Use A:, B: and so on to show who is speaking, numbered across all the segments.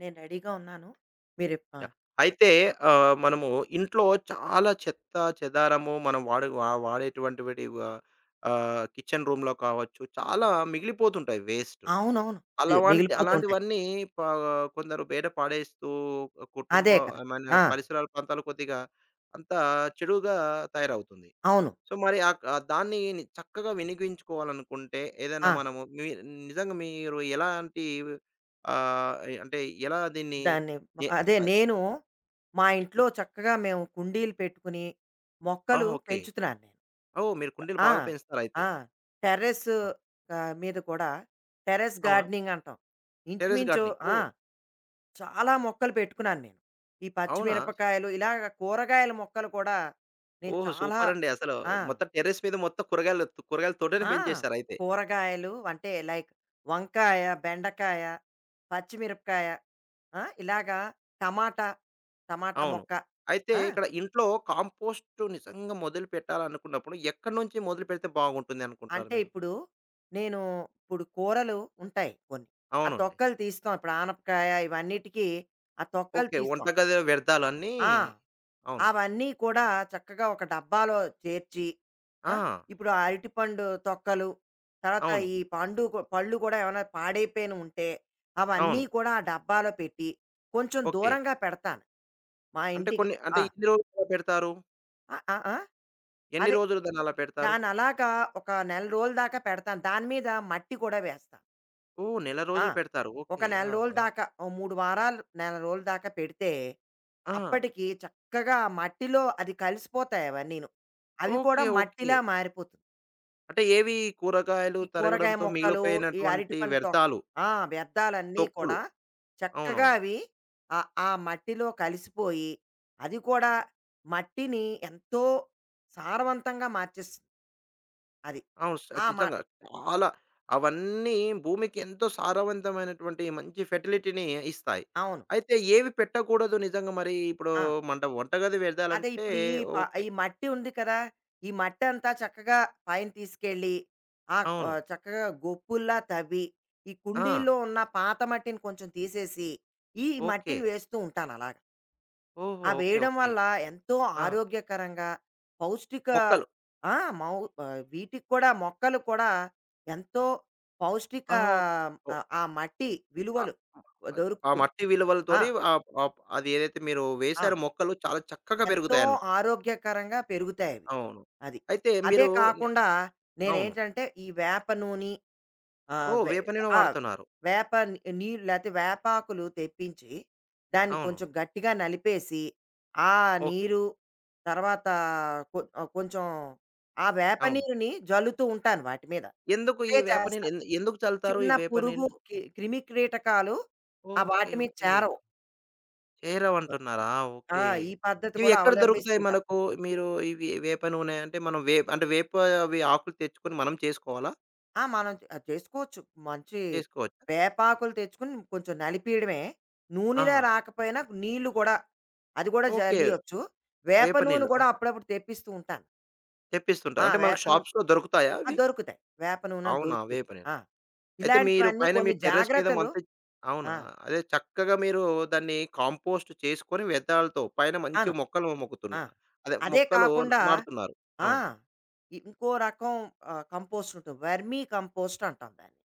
A: నేను రెడీగా ఉన్నాను. ఆ!
B: యాహ్! అయితే మనము ఇంట్లో చాలా చెత్త చెదారము మనం వాడే వాడేటువంటివిటి ఆహ్, ఆహ్, కిచెన్ రూమ్‌లో కావచ్చు, చాలా మిగిలిపోతుంటాయి వేస్ట్.
A: అవునవును. మి
B: అలాంటి
A: మిగిలిపోతుంటాయి.
B: అలాంటివన్నీ పా కొందరు బయట పడేస్తూ కుటుంబ
A: అదే కదా!
B: ఐ మీన్
A: ఆ!
B: పరిసరాల ప్రాంతాలు కొద్దిగా అంతా చెడుగా తయారవుతుంది.
A: అవును.
B: సో, మరి దాన్ని చక్కగా వినియోగించుకోవాలనుకుంటే ఏదైనా
A: ఆ!
B: మనము నిజంగా మీరు ఎలాంటి ఆహ్, అంటే ఎలా దీన్ని
A: దాన్ని
B: ఎ
A: అదే
B: అదే.
A: నేను మా ఇంట్లో చక్కగా మేము కుండీలు పెట్టుకుని మొక్కలు
B: ఆహా! ఓకే.
A: పెంచుతున్నాను నేను.
B: ఓహ్! మీరు కుండీలు
A: ఆ!
B: బాగా పెంచుతారయితే.
A: ఆ! టెర్రస్
B: అవును.
A: మీద కూడా టెర్రస్
B: అవునా?
A: గార్డెనింగ్ అంటాం.
B: టెర్రస్
A: ఇంచుమించు
B: గార్డెనింగ్.
A: ఆ!
B: ఓహ్!
A: చాలా మొక్కలు పెట్టుకున్నాను నేను. ఈ
B: అవునా?
A: పచ్చిమిరపకాయలు ఇలాగ కూరగాయల మొక్కలు కూడా నేను
B: ఓహ్!
A: చాలా.
B: సూపరండి అసలు.
A: ఆ!
B: మొత్తం టెర్రస్ మీద మొత్తం కూరగాయల తోటనే
A: ఆ!
B: పెంచేసారయితే.
A: కూరగాయలు అంటే లైక్ వంకాయ, బెండకాయ, పచ్చిమిరపకాయ, ఆ! ఇలాగా టమాటా, టమాటా
B: అవును.
A: మొక్క.
B: అయితే
A: ఆ!
B: ఇక్కడ ఇంట్లో కాంపోస్టు నిజంగా మొదలు పెట్టాలనుకున్నప్పుడు ఎక్కడి నుంచి మొదలు పెడితే బాగుంటుంది అనుకుంటారు
A: అంటే
B: మీరు?
A: ఇప్పుడు నేను ఇప్పుడు కూరలు ఉంటాయి కొన్ని. ఆ
B: అవునండి.
A: తొక్కలు తీస్తాం. ఇప్పుడు ఆనపకాయ ఇవన్నిటికి ఆ తొక్కలు
B: ఓకే.
A: తీస్తాం.
B: వంటగది వ్యర్థాలన్నీ
A: ఆ!
B: అవును.
A: అవన్నీ కూడా చక్కగా ఒక డబ్బాలో చేర్చి, ఆ!
B: ఆ!
A: ఇప్పుడు ఆ అరటిపండు తొక్కలు, తర్వాత
B: అవును.
A: ఈ పండు కు పళ్ళు కూడా ఏమైనా పాడైపోయినవి ఉంటే, అవన్నీ
B: అవును.
A: కూడా ఆ డబ్బాలో పెట్టి, కొంచెం
B: ఓకే.
A: దూరంగా పెడతాను మా
B: అంటే
A: ఇంటికి.
B: కొన్ని అంటే
A: ఆ!
B: ఎన్ని రోజులు అలా పెడతారు?
A: ఆ! ఆ! ఆ!
B: ఎన్ని
A: అదే.
B: రోజులు దాన్ని అలా పెడతారు?
A: దాన్ని అలాగా ఒక నెల రోజుల దాకా పెడతాను. దాని మీద మట్టి కూడా వేస్తాను.
B: ఓహ్! నెల
A: ఆ!
B: రోజులు పెడతారు. ఓకే.
A: ఒక నెల
B: ఆ!
A: రోజుల
B: ఆ!
A: దాకా, ఓ 3 వారాలు, నెల రోజుల దాకా పెడితే
B: ఆ!
A: అప్పటికి చక్కగా ఆ మట్టిలో అది కలిసిపోతాయి అవన్నీను. అవి
B: ఓకే.
A: కూడా
B: ఓకే.
A: మట్టిలా మారిపోతుంది.
B: అంటే ఏవి కూరగాయలు
A: ఈ కూరగాయ
B: తరగడంతో
A: మొక్కలు, ఈ
B: మిగిలిపోయినటువంటి
A: అరటిపండు
B: వ్యర్థాలు,
A: ఆ! వ్యర్థాలన్నీ
B: తొక్కులు.
A: కూడా
B: అవునవును.
A: చక్కగా అవి ఆ మట్టిలో కలిసిపోయి, అది కూడా మట్టిని ఎంతో సారవంతంగా మార్చేస్తుంది అది.
B: అవును.
A: ఆ! మ
B: నిజంగా చాలా అవన్నీ భూమికి ఎంతో సారవంతమైనటువంటి మంచి ఫెర్టిలిటీని ఇస్తాయి.
A: అవును.
B: అయితే ఏవి పెట్టకూడదు నిజంగా మరి ఇప్పుడు
A: ఆ!
B: వంటగది
A: అదే
B: వ్యర్థాలంటే?
A: ఇప్పుడు ఈ ప
B: ఓకే.
A: ఈ మట్టి ఉంది కదా! ఈ మట్టంతా చక్కగా పైన తీసుకెళ్ళి, ఆ
B: అవును.
A: చక్కగా గొప్పుల్లా తవ్వి, ఈ
B: ఆ!
A: కుండీల్లో ఉన్న పాత మట్టిని కొంచెం తీసేసి, ఈ
B: ఓకే.
A: మట్టిని వేస్తూ ఉంటాను అలాగా.
B: ఓహో!
A: ఆ
B: ఓకే.
A: వేయడం
B: ఓకే.
A: వల్ల ఎంతో
B: ఆ!
A: ఆరోగ్యకరంగా, పౌష్టిక.
B: మొక్కలు.
A: ఆ! మౌ వీటికి కూడా మొక్కలు కూడా ఎంతో పౌష్టిక
B: ఆహా! ఓహ్!
A: ఆ మట్టి
B: ఆ!
A: విలువలు
B: ఆ
A: దొరుకుతుంది.
B: మట్టి
A: ఆ!
B: విలువలతోని ఆహ్, ఆహ్, అది ఏదైతే మీరు
A: ఆ!
B: వేశారో మొక్కలు చాలా చక్కగా
A: ఎంతో
B: పెరుగుతాయనుకో.
A: ఆరోగ్యకరంగా పెరుగుతాయి అవి.
B: అవును.
A: అది.
B: అయితే
A: అవే
B: మీరు నే
A: కాకుండా
B: అవును.
A: నేనేంటంటే ఈ వేప నూని, ఆహ్,
B: ఓహ్!
A: వే
B: వేప నూనె
A: ఆ!
B: వాడుతున్నారు.
A: వేప నీళ్ళు లేతే వేపాకులు తెప్పించి, దాన్ని
B: అవును.
A: కొంచెం గట్టిగా నలిపేసి, ఆ
B: ఓకే.
A: నీరు తర్వాత కొ కొంచెం ఆ వేప
B: అవును.
A: నీరుని జల్లుతూ ఉంటాను వాటి మీద.
B: ఎందుకు ఈ
A: స్ప్రే
B: వేప
A: చేస్తా.
B: నీళ్ళు ఎందుకు చల్లుతారు ఈ
A: చిన్న
B: వేప
A: పురుగు
B: నీళ్ళు?
A: కి క్రిమి కీటకాలు ఆ
B: ఓకే.
A: వాటి మీద
B: ఓకే.
A: చేరవు. ఈ
B: చేరవంటున్నారా?
A: ఆ!
B: ఓకే.
A: ఈ పద్ధతి
B: ఇవి
A: కూడా
B: ఎక్కడ
A: అవలంబిస్తూ
B: దొరుకుతాయి
A: ఉంటా.
B: మనకు? మీరు ఇవి వేప నూనె అంటే మనం అంటే వేప అవి ఆకులు తెచ్చుకొని మనం చేసుకోవాలా?
A: ఆ! మనం చేసుకోవచ్చు. మంచి
B: చేసుకోవచ్చా?
A: వేపాకులు తెచ్చుకొని కొంచెం నలిపియడమే. నూనెలా
B: ఆహా!
A: రాకపోయినా నీళ్లు గూడా అది గూడా
B: ఓకే.
A: జల్లియొచ్చు. వేప
B: వేప
A: నూనె
B: నీళ్ళు.
A: గూడా
B: ఆహా!
A: అప్పుడప్పుడు తెప్పిస్తూ ఉంటాను.
B: తెప్పిస్తుంటారు.
A: ఆ!
B: అంటే మనకు
A: వేప నూనె
B: షాప్స్‌లో దొరుకుతాయా
A: ఆ!
B: అవి?
A: దొరుకుతాయి. వేప నూనె
B: అవునా!
A: దొరుకుతుంది.
B: వేప నీళ్ళు.
A: ఆ!
B: అయితే మీరు
A: ఇలాంటివన్నీ
B: పైన మీ
A: కొన్ని
B: టెర్రస్ మీద
A: జాగ్రత్తలు.
B: మంచి అవునా?
A: ఆ!
B: అదే చక్కగా మీరు దాన్ని కాంపోస్ట్ చేసుకొని వ్యర్థాలతో పైన
A: అవును.
B: మంచి మొక్కలు
A: ఆ!
B: మొక్కుతున్నారు. అదే
A: అదే
B: మొక్కలు
A: కాకుండా
B: నాటుతున్నారు.
A: ఆ!
B: అవును.
A: ఇంకో రకం కంపోస్ట్ ఉంటుంది. వర్మీ కంపోస్ట్ అంటాం దాన్ని.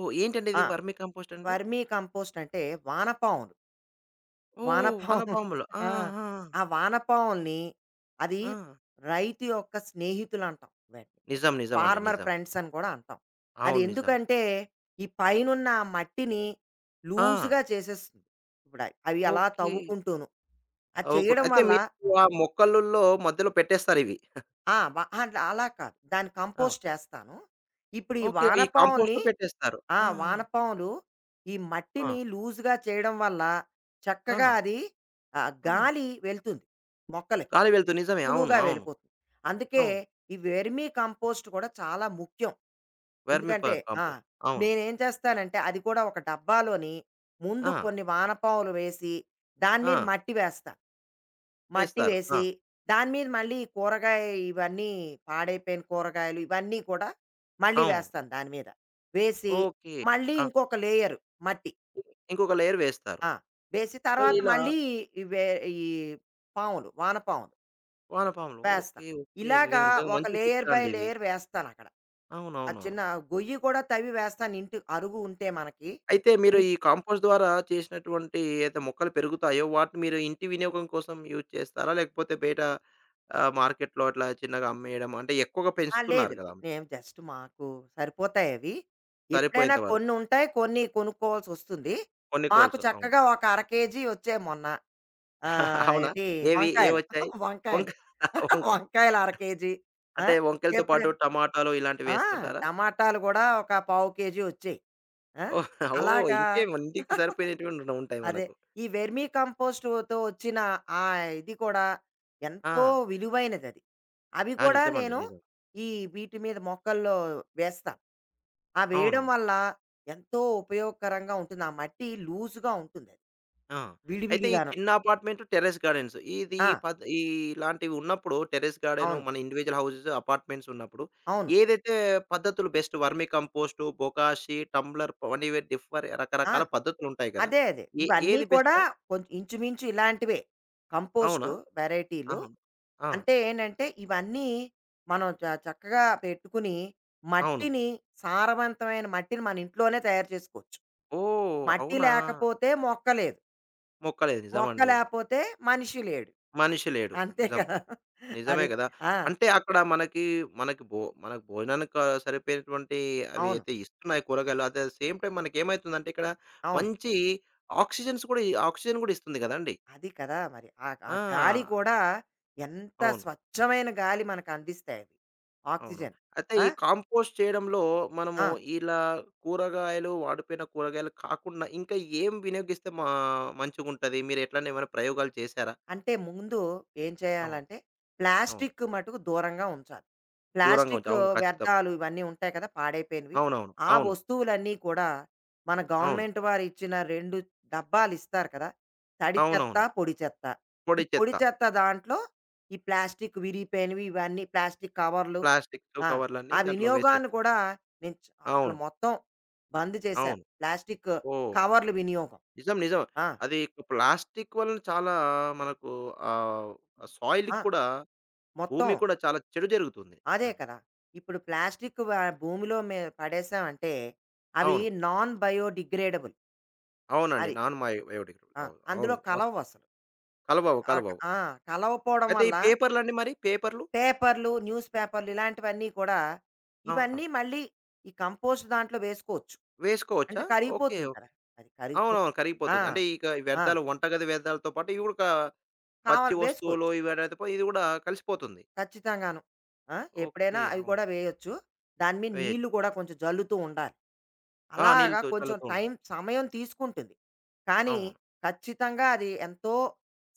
B: ఓహ్! ఏంటండి
A: ఆ!
B: ఇది వర్మి కంపోస్ట్ అంటే?
A: వర్మీ కంపోస్ట్ అంటే వానపాములు.
B: ఓహ్!
A: వానపాములు ఉంటాయి.
B: వానపాములు. ఆ!
A: ఆ!
B: ఆ!
A: ఆ వానపాముల్ని అది
B: ఆ!
A: రైతు యొక్క స్నేహితులు అంటాం వాటిని.
B: నిజం. నిజం అండి.
A: ఫార్మర్
B: నిజం.
A: ఫ్రెండ్స్ అని కూడా అంటాం. అది
B: అవును. నిజమే.
A: ఎందుకంటే ఈ పైనున్న ఆ మట్టిని
B: ఆ!
A: లూజ్‌గా చేసేస్తుంది. ఇప్పుడు అవి అవి అలా
B: ఓకే.
A: తవ్వుకుంటూను. అది
B: ఓకుట్
A: చేయడం
B: అయితే
A: వల్ల.
B: మీరు ఆ మొక్కలుల్లో మధ్యలో పెట్టేస్తారు ఇవి.
A: ఆ! వ అహా! అలా కాదు. దాన్ని
B: ఆ!
A: కంపోస్ట్ చేస్తాను. ఇప్పుడు ఈ
B: ఓకే. ఈ
A: వానపాముల్ని.
B: కాంపోస్ట్‌లో పెట్టేస్తారు.
A: ఆ!
B: ఆ!
A: వానపాములు ఈ
B: ఆ!
A: మట్టిని లూజ్‌గా చేయడం వల్ల
B: ఆ!
A: చక్కగా
B: ఆ!
A: అది
B: ఆ!
A: గాలి వెళ్తుంది మొక్కలకి.
B: గాలి వెలుతు నిజమే. అవును.
A: సులువుగా
B: అవును.
A: వెళ్ళిపోతుంది. అందుకే
B: అవును.
A: ఈ వెర్మి కంపోస్ట్ కూడా చాలా ముఖ్యం.
B: వెర్మి
A: ఎందుకంటే ఆ!
B: కాంపోస్ట్. అవును.
A: నేనేం చేస్తానంటే అది కూడా ఒక డబ్బాలోని ముందు
B: ఆ!
A: కొన్ని వానపాములు వేసి, దాని
B: ఆ!
A: మీద మట్టి వేస్తా. మట్టి
B: వేస్తారు. ఆ!
A: వేసి, దాని మీద మళ్ళీ ఈ కూరగాయ ఇవన్నీ పాడైపోయిన కూరగాయలు ఇవన్నీ కూడా మళ్ళీ
B: అవును.
A: వేస్తాను దాని మీద. వేసి
B: ఓకే.
A: మళ్ళీ
B: ఆ!
A: ఇంకొక లేయరు మట్టి.
B: ఇంకొక లేయర్ వేస్తారు.
A: ఆ! వేసి
B: సో,
A: తర్వాత
B: ఇలా
A: మళ్ళీ ఈ వే ఈ పాములు వానపాములు.
B: వానపాములు.
A: వేస్తా.
B: ఓకే. ఓకే. ఇది
A: ఇలాగా
B: నిజంగా
A: ఒక
B: మంచి
A: లేయర్
B: చిట్కా
A: బై
B: అండి ఇది.
A: లేయర్ వేస్తానక్కడ. ఆ
B: అవునవును.
A: చిన్న గొయ్యి కూడా తవ్వి వేస్తాను ఇంటి అరుగు ఉంటే మనకి.
B: అయితే మీరు ఈ
A: ఇంట్
B: కాంపోస్ట్ ద్వారా చేసినటువంటి అయితే మొక్కలు పెరుగుతాయో వాటిని మీరు ఇంటి వినియోగం కోసం యూజ్ చేస్తారా? లేకపోతే బయట మార్కెట్‌లో అట్లా చిన్నగా అమ్మేయడం అంటే ఎక్కువగా
A: ఆ!
B: పెంచుతున్నారు
A: లేదు.
B: కదా!
A: లేదు. నేను జస్ట్ మాకు సరిపోతాయవి. ఎప్పుడైనా
B: సరిపోయేంత వరకు.
A: కొన్నుంటాయి, కొన్ని కొనుక్కోవాల్సొస్తుంది.
B: కొన్ని
A: మాకు
B: కోల్స్ అవును.
A: చక్కగా ఒక అర కేజీ వచ్చాయి మొన్న.
B: అవునా?
A: ఏంటి
B: ఏవి
A: వంకాయలు.
B: ఏవొచ్చాయి? వంక
A: వంకాయలు.
B: వంకాయ.
A: వంకాయలు అర కేజీ. ఆ!
B: అంటే వంకాయలతో పాటు
A: ఎప్పుడైనా
B: టమాటాలు ఇలాంటివి
A: ఆ!
B: వేస్తుంటారా?
A: టమాటాలు గూడా ఒక పావు కేజీ వచ్చాయి. ఆ!
B: ఓహ్! ఓహ్!
A: అలాగా.
B: ఇంకేం ఇంటికి సరిపోయినటువంటి ఉంటాయి
A: అదే.
B: మనకు.
A: ఈ వెర్మీ కంపోస్ట్‌తో వచ్చిన ఆ ఇది కూడా
B: ఆ!
A: ఎంతో విలువైనదది. అవి
B: ఆ!
A: కూడా
B: నిజమండి.
A: నేను
B: నిజం.
A: ఈ వీటి మీద మొక్కల్లో వేస్తాను. ఆ
B: అవును.
A: వేయడం వల్ల ఎంతో ఉపయోగకరంగా ఉంటుంది. ఆ మట్టి లూజ్‌గా ఉంటుందది.
B: ఆ! అయితే ఈ
A: విడివిడిగాను.
B: చిన్న అపార్ట్‌మెంట్, టెర్రస్ గార్డెన్స్ ఇది
A: ఆ!
B: పద్ ఈ ఇలాంటివి ఉన్నప్పుడు టెర్రస్ గార్డెను,
A: అవును.
B: మన ఇండివిడ్యువల్ హౌసెస్, అపార్ట్‌మెంట్స్ ఉన్నప్పుడు
A: అవును.
B: ఏదైతే పద్ధతులు best vermicompost, bokashi, tumbler అవన్నీ
A: ఆ!
B: రకరకాల పద్ధతులు ఉంటాయి కదా!
A: అదే అదే. ఇవన్నీ
B: ఏది
A: కూడా
B: బెస్ట్?
A: కొంచెం ఇంచుమించు ఇలాంటివే.
B: అవునా?
A: కంపోస్టు వెరైటీలు.
B: అవును. ఆ!
A: అంటే ఏంటంటే ఇవన్నీ మనం చక్కగా పెట్టుకుని
B: అవును.
A: మట్టిని, సారవంతమైన మట్టిని మన ఇంట్లోనే తయారు చేసుకోవచ్చు.
B: ఓహ్!
A: మట్టి
B: అవునా!
A: లేకపోతే మొక్క లేదు.
B: మొక్కలేదు.
A: మొక్క
B: నిజమండి.
A: లేకపోతే మనిషి లేడు.
B: మనిషి లేడు.
A: అంతే
B: నిజం.
A: కదా!
B: నిజమే
A: అది.
B: గదా!
A: ఆ!
B: అంటే అక్కడ మనకి, మనకి భో మనకు భోజనానికి సరిపోయేటువంటి అవి
A: అవును.
B: అయితే ఇస్తున్నాయి కూరగాయలు. అట్ ద సేమ్ టైమ్ మనకేమైతుందంటే ఇక్కడ
A: అవును.
B: మంచి ఆక్సిజన్స్ కూడా ఆక్సిజన్ గూడా ఇస్తుంది గదండీ!
A: అది కదా మరి. ఆ ఆ
B: ఆ!
A: గాలి కూడా ఎంత
B: అవును.
A: స్వచ్ఛమైన గాలి మనకందిస్తాయవి.
B: అవును.
A: ఆక్సిజన్.
B: అయితే
A: ఆ!
B: ఈ కాంపోస్ట్ చేయడంలో మనము
A: ఆ!
B: ఇలా కూరగాయలు, వాడిపోయిన కూరగాయలు కాకుండా ఇంకా ఏం వినియోగిస్తే మంచిగుంటది? మీరు ఎట్లన్నా ఏమైనా ప్రయోగాలు చేశారా?
A: అంటే ముందు ఏం
B: అవును.
A: చేయాలంటే
B: అవును.
A: ప్లాస్టిక్ మటుకు దూరంగా ఉంచాలి.
B: దూరంగా ఉంచి
A: ప్లాస్టిక్
B: అవును. ఖచ్చితం.
A: వ్యర్థాలు ఇవన్నీ ఉంటాయి కదా! పాడైపోయినవి.
B: అవునవును.
A: ఆ
B: అవును.
A: వస్తువులన్నీ కూడా మన
B: అవును.
A: గవర్నమెంట్ వారు ఇచ్చిన 2 డబ్బాలు ఇస్తారు కదా! తడి చెత్త,
B: అవునవును.
A: పొడి చెత్త. ఈ
B: పొడి
A: పొడి
B: చెత్త.
A: చెత్త దాంట్లో ఈ ప్లాస్టిక్ విరిగిపోయినవి ఇవన్నీ ప్లాస్టిక్ కవర్లు.
B: ప్లాస్టిక్సు
A: ఆ!
B: కవర్లన్నీ
A: ఆ
B: దాంట్లో
A: వినియోగాన్ని
B: వేసేస్తాం.
A: కూడా నేను అసలు
B: అవును.
A: మొత్తం బంద్ చేశాను.
B: అవును.
A: ప్లాస్టిక్
B: ఓహ్!
A: కవర్లు వినియోగం.
B: నిజం. నిజం.
A: ఆ!
B: అది ప్లాస్టిక్ వలన చాలా మనకు ఆహ్, సాయిల్‌కి
A: ఆ!
B: కూడా,
A: మొత్తం
B: భూమికి కూడా చాలా చెడు జరుగుతుంది.
A: అదే
B: నిజంగా.
A: కదా! ఇప్పుడు ప్లాస్టిక్ వ భూమిలో పడేసామంటే, అవి
B: అవును.
A: Non biodegradable.
B: అవునండి.
A: అది.
B: Non biodegradable.
A: ఆ!
B: అవును. అవును.
A: అందులో
B: వాస్తవం.
A: కలవవసలు.
B: కలవవు.
A: ఆక్
B: కలవవు.
A: ఆ! ఆ, కలవపోవడం
B: అయితే ఈ
A: వల్ల
B: పేపర్‌లండి మరి? పేపర్‌లు?
A: పేపర్‌లు, న్యూస్ పేపర్‌లు ఇలాంటివన్నీ కూడా,
B: ఆ!
A: ఇవన్నీ మళ్ళీ ఈ కంపోస్ట్ దాంట్లో వేసుకోవచ్చు.
B: వేసుకోవచ్చా?
A: అంటే
B: ఓకే.
A: కరిగిపోతుంది
B: ఓకే.
A: కదా! అది కరిగిపోతుంది.
B: అవునవును.
A: ఆ!
B: కరిగిపోతుంది. అంటే ఇక ఈ
A: ఆ!
B: వ్యర్థాలు వంటగది వ్యర్థాలతో పాటు ఇవి కూడా పచ్చి
A: కావాలి
B: వస్తువులు
A: వేసుకోవచ్చు.
B: ఇవి అనేది పో- ఇది కూడా కలిసిపోతుంది.
A: ఖచ్చితంగాను. ఆ! ఎప్పుడైనా
B: ఓకే.
A: అవి
B: అవును.
A: కూడా వేయొచ్చు. దాని మీద
B: వేయొచ్చు.
A: నీళ్లు కూడా కొంచెం జల్లుతూ ఉండాలి.
B: ఆ!
A: అలాగా
B: నీళ్ళతో
A: కొంచెం
B: చల్లుతూ
A: టైం
B: ఉండాలి.
A: సమయం తీసుకుంటుంది. కానీ
B: అవును.
A: ఖచ్చితంగా అది ఎంతో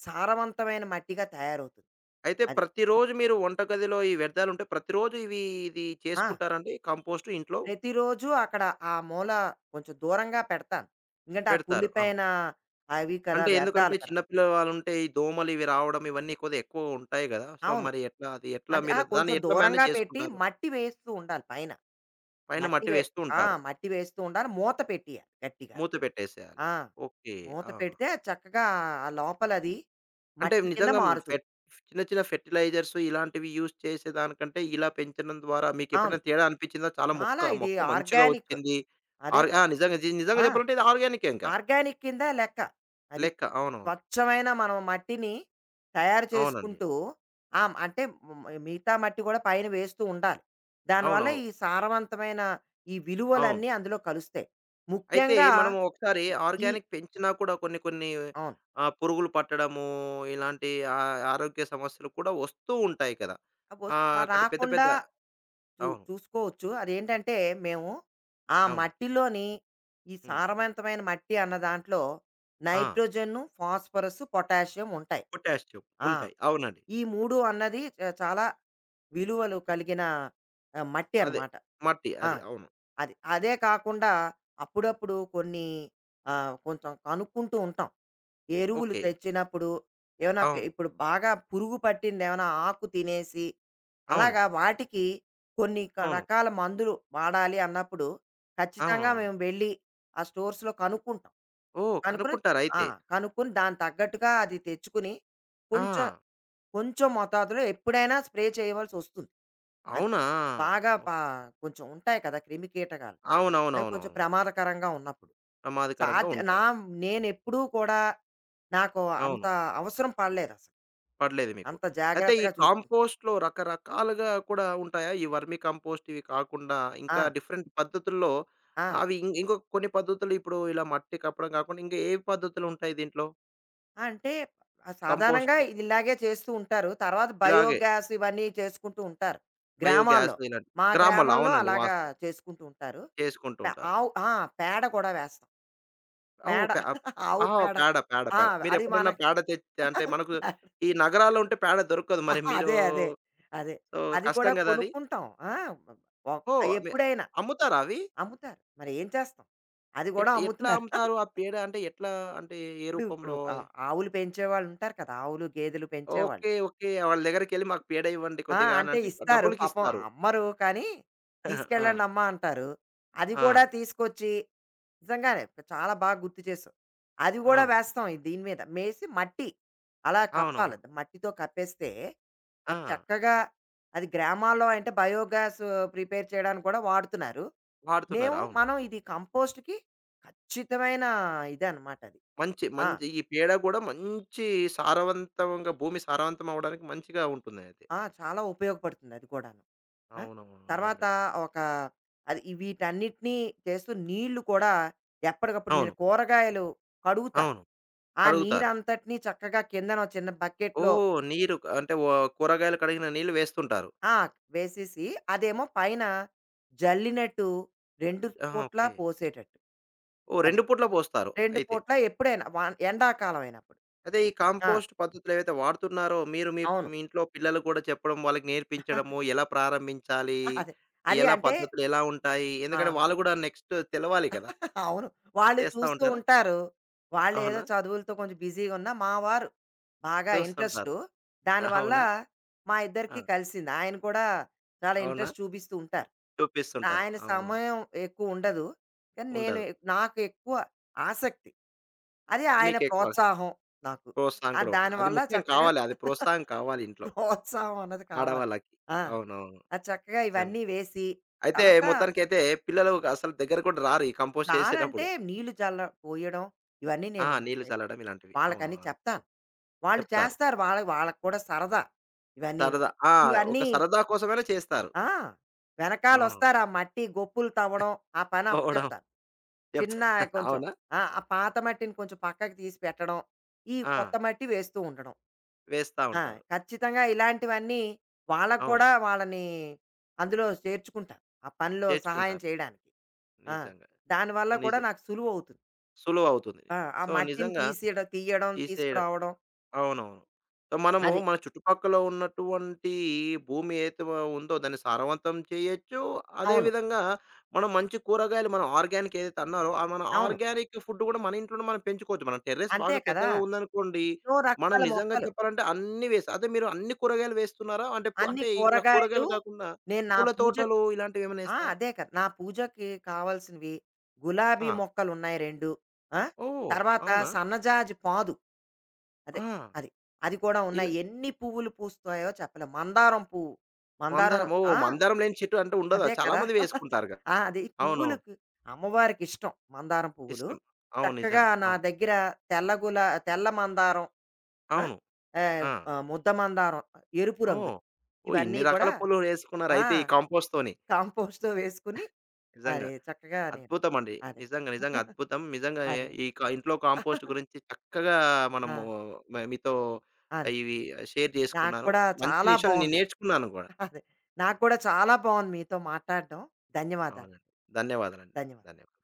A: సారవంతమైన మట్టిగా తయారవుతుంది.
B: అయితే
A: అది.
B: ప్రతిరోజు మీరు వంటగదిలో ఈ వ్యర్థాలుంటే ప్రతిరోజు ఇవి ఇది
A: ఆ!
B: చేసుకుంటారండి? కంపోస్ట్ ఇంట్లో
A: ప్రతిరోజు అక్కడ ఆ మూల కొంచెం దూరంగా పెడతాను. ఎందుకంటే ఆ
B: పెడతారు. ఆ!
A: కుళ్ళిపోయిన అవి కదా!
B: అంటే ఎందుకంటే
A: వ్యర్థాలు కదా!
B: చిన్న పిల్లల వాళ్ళుంటే ఈ దోమలు ఇవి రావడం ఇవన్నీ కొద్దిగా ఎక్కువ ఉంటాయి గదా! సో,
A: అవును.
B: మరి ఎట్లా అది ఎట్లా
A: అంటే ఆ!
B: మీరు దాన్ని
A: కొంచెం
B: ఎట్లా
A: దూరంగా
B: మేనేజ్
A: పెట్టి
B: చేసుకుంటారు?
A: మట్టి వేస్తూ ఉండాలి పైన.
B: పైన
A: మట్టి
B: మట్టి
A: వే
B: వేస్తూ
A: ఆ!
B: ఉంటారు.
A: మట్టి వేస్తూ ఉండాలి. మూత పెట్టియాలి గట్టిగా.
B: మూత పెట్టేసేయాలి.
A: ఆ!
B: ఓకే.
A: మూత
B: ఆ!
A: పెడితే చక్కగా ఆ లోపలది
B: అంటే
A: మట్టి కింద
B: నిజంగా
A: మారుతుంది.
B: ఫెర్ట్ చిన్న చిన్న ఫెర్టిలైజర్స్ ఇలాంటివి యూజ్ చేసేదానికంటే ఇలా పెంచడం ద్వారా
A: అవును.
B: మీకెప్పుడైనా తేడా అనిపిచ్చిందా? చాలా
A: చాలా
B: మొక్క
A: ఇది
B: మొక్క మంచిగా
A: ఆర్గానిక్.
B: వచ్చింది.
A: అదే
B: ఆ!
A: కదా!
B: నిజంగా నిజంగా
A: ఆ!
B: చెప్పాలంటే ఇది ఆర్గానికే ఇంక
A: ఆర్గానిక్ కింద లెక్క. అది.
B: లెక్క. అవును.
A: స్వచ్ఛమైన మనం మట్టిని తయారు
B: అవునండి.
A: చేసుకుంటూ, ఆ! అంటే మిగతా మట్టి కూడా పైన వేస్తూ ఉండాలి. దానివల్ల
B: అవునవు
A: ఈ సారవంతమైన ఈ
B: అవును.
A: విలువలన్నీ అందులో కలుస్తాయి.
B: అయితే
A: ముఖ్యంగా
B: మనం ఒకసారి
A: ఈ
B: ఆర్గానిక్ పెంచినా కూడా కొన్ని కొన్ని
A: అవును.
B: పురుగులు పట్టడము, ఇలాంటి ఆ ఆరోగ్య సమస్యలు కూడా వస్తూ ఉంటాయి కదా!
A: వస్
B: అక్కడ పెద్ద పెద్ద
A: రాకుండా
B: అవును.
A: చూసుకోవచ్చు. అదేంటంటే మేము ఆ
B: అవును.
A: మట్టిలోని ఈ
B: హ్మ్.
A: సారవంతమైన మట్టి అన్న దాంట్లో
B: ఆ!
A: నైట్రోజన్ను, ఫాస్ఫరస్, పొటాషియం ఉంటాయి.
B: పొటాషియం
A: ఆ!
B: ఉంటాయి. అవునండి.
A: ఈ 3 అన్నది చాలా విలువలు కలిగిన మట్టి
B: అదే.
A: అన్నమాట.
B: మట్టి
A: ఆ!
B: అది. అవును.
A: అది. అదే కాకుండా అప్పుడప్పుడు కొన్ని కొంచెం కనుక్కుంటూ ఉంటాం. ఎరువులు
B: ఓకే.
A: తెచ్చినప్పుడు
B: అవును.
A: ఇప్పుడు బాగా పురుగు పట్టింది, ఏమైనా ఆకు తినేసి
B: అవును.
A: అలాగా వాటికి కొన్ని
B: అవును.
A: రకాల మందులు వాడాలి అన్నప్పుడు ఖచ్చితంగా
B: అవునవును.
A: మేము వెళ్ళి ఆ స్టోర్స్లో కనుక్కుంటాం.
B: ఓహ్!
A: కనుక్కుని ఆ,
B: కనుక్కుంటారయితే.
A: కనుక్కుని దాని తగ్గట్టుగా అది తెచ్చుకుని కొంచెం
B: ఆ!
A: కొంచెం మోతాదులో ఎప్పుడైనా స్ప్రే చేయవలసి వస్తుంది. అది
B: అవునా!
A: బాగా
B: ఓహ్!
A: పా- కొంచెం ఉంటాయి కదా క్రిమి కీటకాలు అవి కొంచెం
B: అవునవునవునవును.
A: ప్రమాదకరంగా ఉన్నప్పుడు.
B: ప్రమాదకరంగా
A: సాధ్య నా
B: ఉంటాయి.
A: నేను ఎప్పుడూ కూడా నాకు
B: అవును.
A: అంత అవసరం పడలేదసలు.
B: పడలేదు మీకు.
A: అంత
B: అయితే ఈ
A: జాగ్రత్తగా చూసుకుంటా.
B: కాంపోస్ట్‌లో రకరకాలుగా కూడా ఉంటాయా? ఈ వర్మి కంపోస్ట్ ఇవి కాకుండా
A: ఆ!
B: ఇంకా డిఫరెంట్ పద్ధతుల్లో
A: ఆ!
B: అవి ఇంకో కొన్ని పద్ధతులు ఇప్పుడు ఇలా మట్టి కప్పడం కాకుండా ఇంకా ఏ పద్ధతులు ఉంటాయి దీంట్లో?
A: ఆ, అంటే సాధారణంగా
B: కంపోస్ట్‌లో.
A: ఇది ఇలాగే చేస్తూ ఉంటారు. తర్వాత
B: ఇలాగే
A: బయోగ్యాస్ ఇవన్నీ చేసుకుంటూ ఉంటారు
B: బయోగ్యాస్
A: గ్రామాల్లో.
B: ఇలాంటివి.
A: మా
B: గ్రామాల్లో
A: గ్రామంలో
B: అవునండి
A: అలాగా
B: వాస్తవం.
A: చేసుకుంటూ ఉంటారు.
B: చేసుకుంటూ
A: ప
B: ఉంటారు.
A: ఆవు ఆ! పేడ కూడా వేస్తాం.
B: ఓహ్!
A: పేడ. ఆవు
B: ఆ!
A: పేడ.
B: పేడ, పేడ,
A: ఆ!
B: పేడ.
A: అది
B: మీరెప్పుడన్నా
A: మనకి.
B: పేడ తెచ్ అంటే మనకు ఈ నగరాల్లో ఉంటే పేడ దొరకదు. మరి మీరు
A: అదే. అదే. అదే.
B: సో,
A: అది కూడా
B: కష్టం గదా అది.
A: కొనుక్కుంటాం. ఆ! ఒ
B: ఓహ్!
A: ఎప్పుడైనా
B: అమ్ముతారా అవి?
A: అమ్ముతారు. మరి ఏం చేస్తాం? అది కూడా
B: ఎట్లా
A: అమ్ముతున్నారు.
B: అమ్ముతారు? ఆ పేడ అంటే ఎట్లా అంటే ఏ
A: ఇప్పుడు ఇప్పుడు
B: రూపంలో
A: ఒక ఆ
B: అది?
A: ఆవులు పెంచేవాళ్ళు ఉంటారు కదా! ఆవులు, గేదెలు పెంచేవాళ్ళు.
B: ఓకే. ఓకే. వాళ్ళ దగ్గరికెళ్ళి మాకు పేడ ఇవ్వండి
A: ఆ!
B: కొద్దిగా
A: అంటే
B: అనంటే
A: ఇస్తారు. పాపం
B: డబ్బులకిస్తారు.
A: అమ్మరు కానీ,
B: ఆ!
A: "తీసుకెళ్ళండమ్మా" అంటారు. అది
B: ఆ!
A: కూడా తీసుకొచ్చి నిజంగానే చాలా బాగా గుర్తు చేసావు. అది కూడా
B: అవును.
A: వేస్తాం ఇది దీని మీద. మేసి మట్టి అలా కప్పాలి.
B: అవునవును.
A: మట్టితో కప్పేస్తే
B: ఆ!
A: అది చక్కగా అది గ్రామాల్లో అంటే బయోగ్యాస్ ప్రిపేర్ చేయడానికి కూడా వాడుతున్నారు.
B: వాడుతున్నారు.
A: మేము
B: అవును.
A: మనం ఇది కంపోస్ట్‌కి ఖచ్చితమైన ఇదనమాట అది.
B: మంచి
A: ఆ!
B: మంచి ఈ పేడ గూడా మంచి సారవంతంగా భూమి సారవంతం అవ్వడానికి మంచిగా ఉంటుందయితే.
A: ఆ! చాలా ఉపయోగపడుతుంది అది కూడాను. ఆ!
B: అవునవును.
A: తర్వాత
B: నిజంగా.
A: ఒక అది ఈ వీటన్నిటిని చేస్తూ నీళ్ళు కూడా ఎప్పటికప్పుడు
B: అవును.
A: నేను కూరగాయలు కడుగుతాను.
B: అవును.
A: ఆ
B: కడుగుతారు.
A: నీరంతటిని చక్కగా కిందన ఓ చిన్న బకెట్‌లో,
B: ఓహ్! నీరు అంటే కూరగాయలు కడిగిన నీళ్ళు వేస్తుంటారు.
A: ఆ! వేసేసి అదేమో పైన జల్లినట్టు 2
B: ఆహా!
A: పూట్లా
B: ఓకే.
A: పోసేటట్టు.
B: ఓహ్!
A: అది.
B: 2 పూట్ల పోస్తారు
A: 2
B: అయితే.
A: పూట్ల ఎప్పుడైనా వాన ఎండాకాలం అయినప్పుడు.
B: అదే ఈ
A: ఆ!
B: కాంపోస్ట్ పద్ధతులు ఏవైతే వాడుతున్నారో మీరు మీ
A: అవును.
B: మీ ఇంట్లో పిల్లలు కూడా చెప్పడం, వాళ్ళకి నేర్పించడము, ఎలా ప్రారంభించాలి?
A: అదే. అది
B: ఎలా
A: అంటే
B: పద్ధతులు ఎలా ఉంటాయి?
A: ఆ!
B: ఎందుకంటే వాళ్ళు కూడా నెక్స్ట్ తెలవాలి కదా!
A: అవును. వాళ్ళు
B: చేస్తా
A: చూస్తూ
B: ఉంటారా?
A: ఉంటారు. వాళ్ళేదో
B: అవునా?
A: చదువులతో కొంచెం బిజీగా ఉన్నా, మా వారు బాగా ఇంట్రెస్టు.
B: చూస్తుంటారు.
A: దానివల్ల
B: అవునా?
A: మా
B: ఆ!
A: ఇద్దరికీ కలిసింది. ఆయన కూడా చాలా
B: అవునా?
A: ఇంట్రెస్ట్ చూపిస్తూ ఉంటారు.
B: చూపిస్తుంటారు.
A: ఆయన
B: అవునవును.
A: సమయం ఎక్కువుండదు. కానీ
B: ఉండదు.
A: నాకు ఎక్కువ ఆసక్తి. అది ఆయన
B: మీకెక్కువ
A: ప్రోత్సాహం నాకు.
B: ప్రోత్సాహం
A: ఆ!
B: కూడా ఉండదు. అది
A: దానివల్ల
B: ముఖ్యం
A: చక్కగా
B: కావాలి. అది ప్రోత్సాహం కావాలి ఇంట్లో
A: ప్రోత్సాహం అన్నది కావాలి.
B: ఆడవాళ్ళకి.
A: ఆ!
B: అవునవును.
A: అది చక్కగా
B: నిజమే.
A: ఇవన్నీ వేసి,
B: అయితే
A: తర్వాత
B: మొత్తానికైతే పిల్లలు అసలు దగ్గర కూడా రారు ఈ కంపోస్ట్
A: రారంటే
B: చేసేటప్పుడు.
A: నీళ్లు పోయడం ఇవన్నీ
B: ఆ!
A: నేను
B: నీళ్లు చల్లడం ఇలాంటివి. అవును.
A: వాళ్ళకని
B: అవును.
A: చెప్తాను. వాళ్ళు
B: చెప్తారు.
A: చేస్తారు. వాళ్ళకి కూడా సరదా ఇవన్నీను.
B: సరదా ఆ! ఒక
A: ఇవన్నీ
B: సరదా కోసమైనా చేస్తారు.
A: ఆ!
B: అవునవును.
A: వెనకాలొస్తారు. ఆ మట్టి గొప్పులు తవ్వడం ఆ పని
B: తోవడం
A: అప్పచెప్తాను.
B: చెప్తా
A: చిన్న కొంచెం
B: అవునా?
A: ఆ! ఆ పాత మట్టిని కొంచెం పక్కకు తీసి పెట్టడం. ఈ
B: ఆ!
A: కొత్త మట్టి వేస్తూ ఉండడం.
B: వేస్తా
A: ఆ!
B: ఉంటారు.
A: ఖచ్చితంగా ఇలాంటివన్నీ వాళ్ళకి
B: అవును.
A: కూడా వాళ్ళని అందులో చేర్చుకుంటాను. ఆ పనిలో సహాయం
B: చేర్చుకుంటారు.
A: చేయడానికి. ఆ!
B: నిజంగా.
A: దానివల్ల
B: నిజ
A: కూడా నాకు సులువవుతుంది.
B: సులువవుతుంది.
A: ఆ! ఆ
B: సో,
A: మట్టిని
B: నిజంగా
A: తీయడం,
B: తీసేయడం
A: తీసుకురావడం.
B: అవునవును. సో, మనము
A: అది.
B: మన చుట్టుపక్కల ఉన్నటువంటి భూమి ఏదైతే ఉందో దాన్ని సారవంతం చేయొచ్చు. అదే
A: అవును.
B: విధంగా మనం మంచి కూరగాయలు మనం ఆర్గానిక్ ఏదైతే అన్నారో, ఆ మన
A: అవును.
B: ఆర్గానిక్ ఫుడ్ కూడా మన ఇంట్లోనే మనం పెంచుకోవచ్చు. మన టెర్రస్
A: అంతే
B: బాగా
A: కదా!
B: పెద్దగా ఉందనుకోండి,
A: ఎన్నో
B: మనం
A: రకాల
B: నిజంగా
A: మొక్కలు.
B: చెప్పాలంటే అన్నీ వేసి అదే మీరు అన్ని కూరగాయలు వేస్తున్నారా? అంటే
A: అన్ని
B: అంటే ఇక్కడ
A: కూరగాయలు
B: కూరగాయలు కాకుండా
A: నేను నా
B: పూల
A: పూజకి.
B: తోటలు ఇలాంటివేమైనా
A: ఆ!
B: ఏస్తారా?
A: అదే కదా! నా పూజకి కావాల్సినవి గులాబీ
B: ఆ!
A: మొక్కలున్నాయి 2. ఆ!
B: ఓహ్!
A: తర్వాత
B: అవునా?
A: సన్నజాజి పాదు. అదే.
B: ఆ!
A: అది. అది కూడా
B: ఇలా
A: ఉన్నాయి. ఎన్ని పువ్వులు పూస్తాయో చెప్పలేం. మందారం పువ్వు. మందారం
B: మందారం. ఓహ్!
A: ఆ!
B: మందారం లేని చెట్టు అంటూ ఉండదా?
A: అదే
B: చాలా
A: కదా!
B: మంది వేసుకుంటారుగా.
A: ఆ! అది
B: అవునవును.
A: పువ్వులకి అమ్మవారికిష్టం మందారం పువ్వులు.
B: ఇష్టం. అవును.
A: చక్కగా
B: నిజంగా.
A: నా
B: అవును.
A: దగ్గర తెల్ల మందారం, ఆ!
B: అవును.
A: ఆహ్,
B: ఆ!
A: ఆహ్, ముద్ద మందారం ఎరుపు
B: ఓహ్!
A: రంగుది.
B: ఓహ్! ఇన్ని
A: ఇవన్నీ కూడా
B: రకాల పూలు
A: ఆ!
B: వేసుకున్నారయితే ఈ కంపోస్ట్‌తోని.
A: కాంపోస్ట్‌లో వేసుకొని
B: నిజంగా.
A: అదే చక్కగా నేను.
B: అద్భుతమండి.
A: అదే.
B: నిజంగా, నిజంగా అద్భుతం. నిజంగా
A: అదే.
B: ఈ ఇంట్లో కాంపోస్ట్ గురించి చక్కగా
A: ఆ!
B: మనము మీతో
A: అదే.
B: ఇవి షేర్
A: నాకు
B: చేసుకున్నాను.
A: కూడా
B: మంచి
A: చాలా
B: విషయాలు నేను
A: బావుంది.
B: నేర్చుకున్నాను గూడా.
A: అదే. నాకు కూడా చాలా బావుంది మీతో మాట్లాడడం. ధన్యవాదాలండి.
B: అవునండి. ధన్యవాదాలండి.
A: ధన్యవాదాలు.
B: ధన్యవాదాలు.